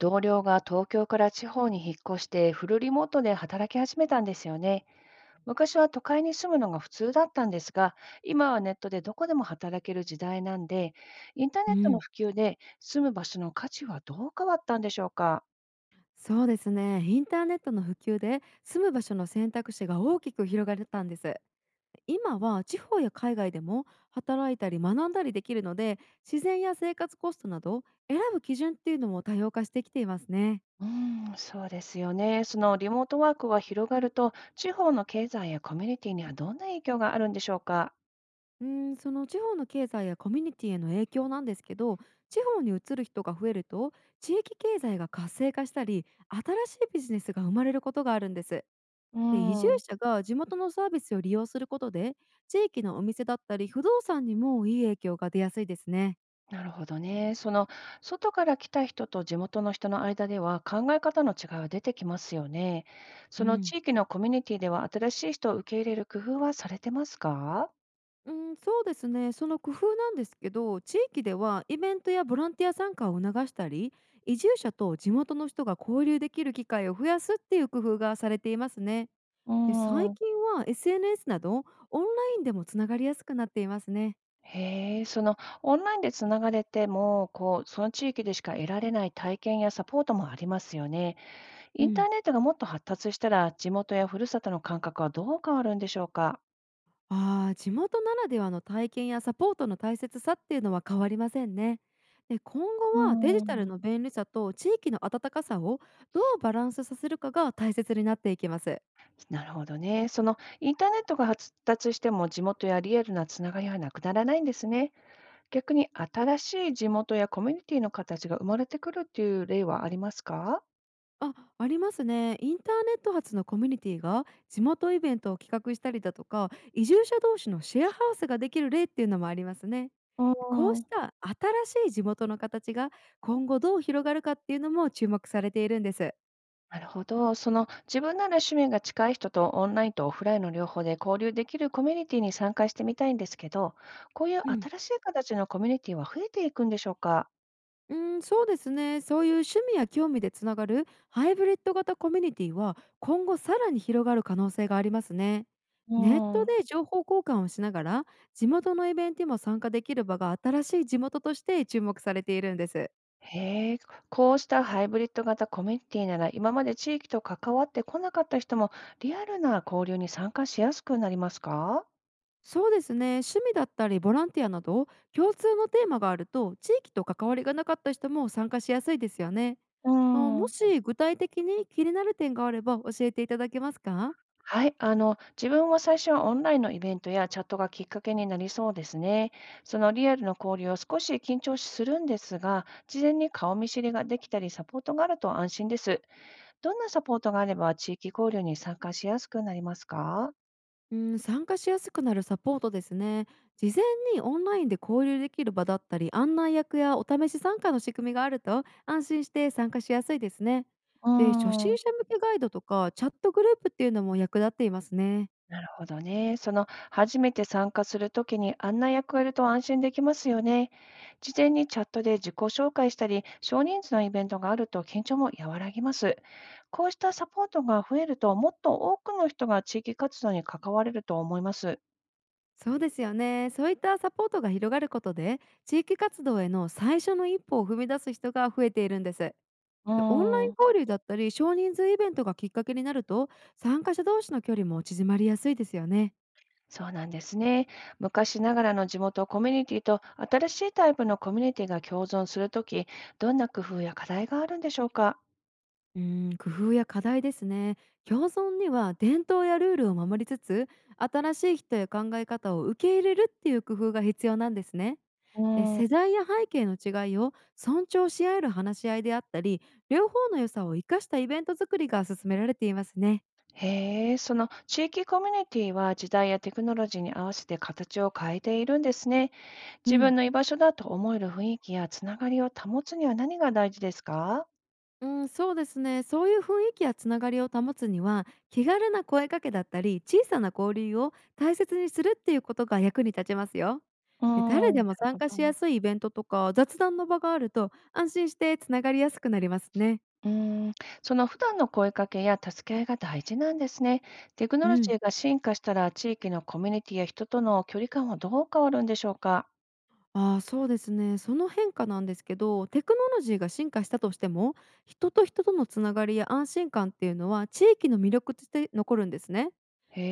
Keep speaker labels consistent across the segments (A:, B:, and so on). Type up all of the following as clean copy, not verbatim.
A: 同僚が東京から地方に引っ越してフルリモートで働き始めたんですよね。昔は都会に住むのが普通だったんですが、今はネットでどこでも働ける時代なんで、インターネ
B: う
A: ットの
B: ん、
A: 普及で住む場所の価値はどう変わったんでしょうか。
B: そうですね。インターネットの普及で住む場所の選択肢が大きく広がったんです。今は地方や海外でも働いたり学んだりできるので、自然や生活コストなど選ぶ基準っていうのも多様化してきていますね。
A: うーん、そうですよね。そのリモートワークが広がると、地方の経済やコミュニティにはどんな影響があるんでしょうか。
B: うん、その地方の経済やコミュニティへの影響なんですけど、地方に移る人が増えると、地域経済が活性化したり新しいビジネスが生まれることがあるんです。
A: うー
B: で、移住
A: ん。
B: 者が地元のサービスを利用することで、地域のお店だったり不動産にもいい影響が出やすいですね。
A: なるほどね。その外から来た人と地元の人の間では考え方の違いは出てきますよね。
B: う
A: その
B: ん。
A: 地域のコミュニティでは新しい人を受け入れる工夫はされてますか？
B: うん、そうですね。その工夫なんですけど、地域ではイベントやボランティア参加を促したり、移住者と地元の人が交流できる機会を増やすっていう工夫がされていますね。
A: う
B: で、最
A: ーん。
B: 近は SNS などオンラインでもつながりやすくなっていますね。
A: へえ、そのオンラインでつながれても、こう、その地域でしか得られない体験やサポートもありますよね。
B: う
A: インタ
B: ん。
A: ーネットがもっと発達したら、地元やふるさとの感覚はどう変わるんでしょうか？
B: 地元ならではの体験やサポートの大切さっていうのは変わりませんね。で、今後
A: う
B: はデジ
A: ー
B: タル
A: ん。
B: の便利さと地域の温かさをどうバランスさせるかが大切になっていきます。
A: なるほどね。そのインターネットが発達しても地元やリアルなつながりはなくならないんですね。逆に新しい地元やコミュニティの形が生まれてくるっていう例はありますか？
B: ありますね。インターネット発のコミュニティが地元イベントを企画したりだとか、移住者同士のシェアハウスができる例っていうのもありますね。
A: う
B: こうし
A: ん、
B: た新しい地元の形が今後どう広がるかっていうのも注目されているんです。
A: なるほど。その自分なら趣味が近い人とオンラインとオフラインの両方で交流できるコミュニティに参加してみたいんですけど、こういう
B: うん
A: 新しい形のコミュニティは増えていくんでしょうか？
B: うん、そうですね。そういう趣味や興味でつながるハイブリッド型コミュニティは今後さらに広がる可能性がありますね。
A: う
B: ネット
A: ん、
B: で情報交換をしながら、地元のイベントにも参加できる場が新しい地元として注目されているんです。
A: へえ、こうしたハイブリッド型コミュニティなら、今まで地域と関わってこなかった人も、リアルな交流に参加しやすくなりますか？
B: そうですね。趣味だったりボランティアなど、共通のテーマがあると地域と関わりがなかった人も参加しやすいですよね。
A: う
B: も
A: ん。
B: し具体的に気になる点があれば教えていただけますか？
A: はい、自分は最初はオンラインのイベントやチャットがきっかけになりそうですね。そのリアルの交流を少し緊張するんですが、事前に顔見知りができたり、サポートがあると安心です。どんなサポートがあれば、地域交流に参加しやすくなりますか？
B: うん、参加しやすくなるサポートですね。事前にオンラインで交流できる場だったり、案内役やお試し参加の仕組みがあると安心して参加しやすいですね。
A: う
B: で、初
A: ー
B: 心
A: ん。
B: 者向けガイドとかチャットグループっていうのも役立っていますね。
A: なるほどね。その初めて参加するときに案内役がいると安心できますよね。事前にチャットで自己紹介したり、少人数のイベントがあると緊張も和らぎます。こうしたサポートが増えると、もっと多くの人が地域活動に関われると思います。
B: そうですよね。そういったサポートが広がることで、地域活動への最初の一歩を踏み出す人が増えているんです。
A: う
B: オンラ
A: ー
B: イン
A: ん、
B: 交流だったり、少人数イベントがきっかけになると、参加者同士の距離も縮まりやすいですよね。
A: そうなんですね。昔ながらの地元コミュニティと新しいタイプのコミュニティが共存するとき、どんな工夫や課題があるんでしょうか？
B: うーん、工夫や課題ですね。共存には伝統やルールを守りつつ、新しい人や考え方を受け入れるっていう工夫が必要なんですね。
A: うーん。
B: 世代や背景の違いを尊重し合える話し合いであったり、両方の良さを生かしたイベント作りが進められていますね。
A: へえ、その地域コミュニティは時代やテクノロジーに合わせて形を変えているんですね。
B: う
A: 自分
B: ん。
A: の居場所だと思える雰囲気やつながりを保つには何が大事ですか？
B: うん、そうですね。そういう雰囲気やつながりを保つには、気軽な声かけだったり、小さな交流を大切にするっていうことが役に立ちますよ。
A: うー
B: で、誰
A: ん、な
B: で
A: る
B: も参
A: ほ
B: 加しや
A: ど。
B: すいイベントとか雑談の場があると安心してつながりやすくなりますね。
A: うーん、その普段の声かけや助け合いが大事なんですね。テクノ
B: う
A: ロジ
B: ん。
A: ーが進化したら地域のコミュニティや人との距離感はどう変わるんでしょうか？
B: ああ、そうですね。その変化なんですけど、テクノロジーが進化したとしても、人と人とのつながりや安心感っていうのは地域の魅力として残るんですね。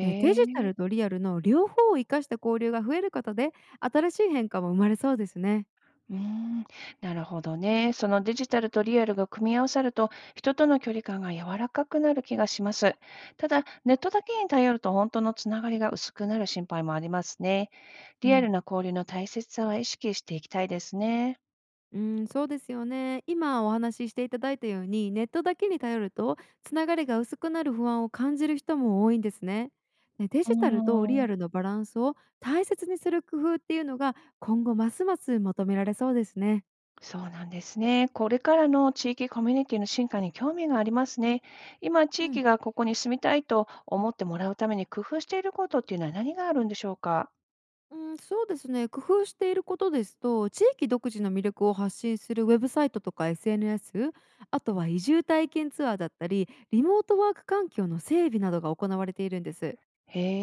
B: で、デジ
A: え。
B: タルとリアルの両方を活かした交流が増えることで、新しい変化も生まれそうですね。
A: うーん、なるほどね。そのデジタルとリアルが組み合わさると、人との距離感が柔らかくなる気がします。ただ、ネットだけに頼ると本当のつながりが薄くなる心配もありますね。
B: う
A: リアル
B: ん、
A: な交流の大切さは意識していきたいですね。
B: うん、そうですよね。今お話ししていただいたように、ネットだけに頼るとつながりが薄くなる不安を感じる人も多いんですね。で、デ
A: う
B: ジ
A: ー
B: タルとリ
A: ん、
B: アルのバランスを大切にする工夫っていうのが今後ますます求められそうですね。
A: そうなんですね。これからの地域コミュニティの進化に興味がありますね。今、地
B: うん
A: 域がここに住みたいと思ってもらうために工夫していることっていうのは何があるんでしょうか？
B: うん、そうですね。工夫していることですと、地域独自の魅力を発信するウェブサイトとか SNS、あとは移住体験ツアーだったり、リモートワーク環境の整備などが行われているんです。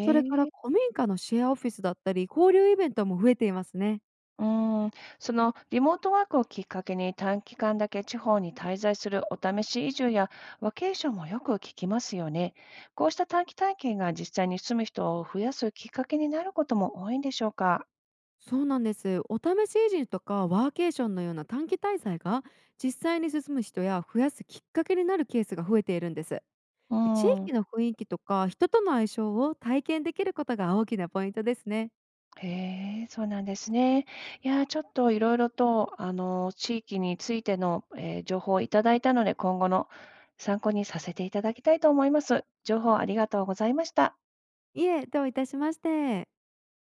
B: それから
A: え。
B: 古民家のシェアオフィスだったり、交流イベントも増えていますね。
A: うーん、そのリモートワークをきっかけに短期間だけ地方に滞在するお試し移住やワケーションもよく聞きますよね。こうした短期体験が実際に住む人を増やすきっかけになることも多いんでしょうか。
B: そうなんです。お試し移住とかワーケーションのような短期滞在が、実際に進む人や増やすきっかけになるケースが増えているんです。
A: う
B: 地
A: ん。
B: 域の雰囲気とか人との相性を体験できることが大きなポイントですね。
A: へえ、そうなんですね。いやー、ちょっといろいろと、地域についての、情報をいただいたので、今後の参考にさせていただきたいと思います。情報ありがとうございました。
B: いえ、どういたしまして。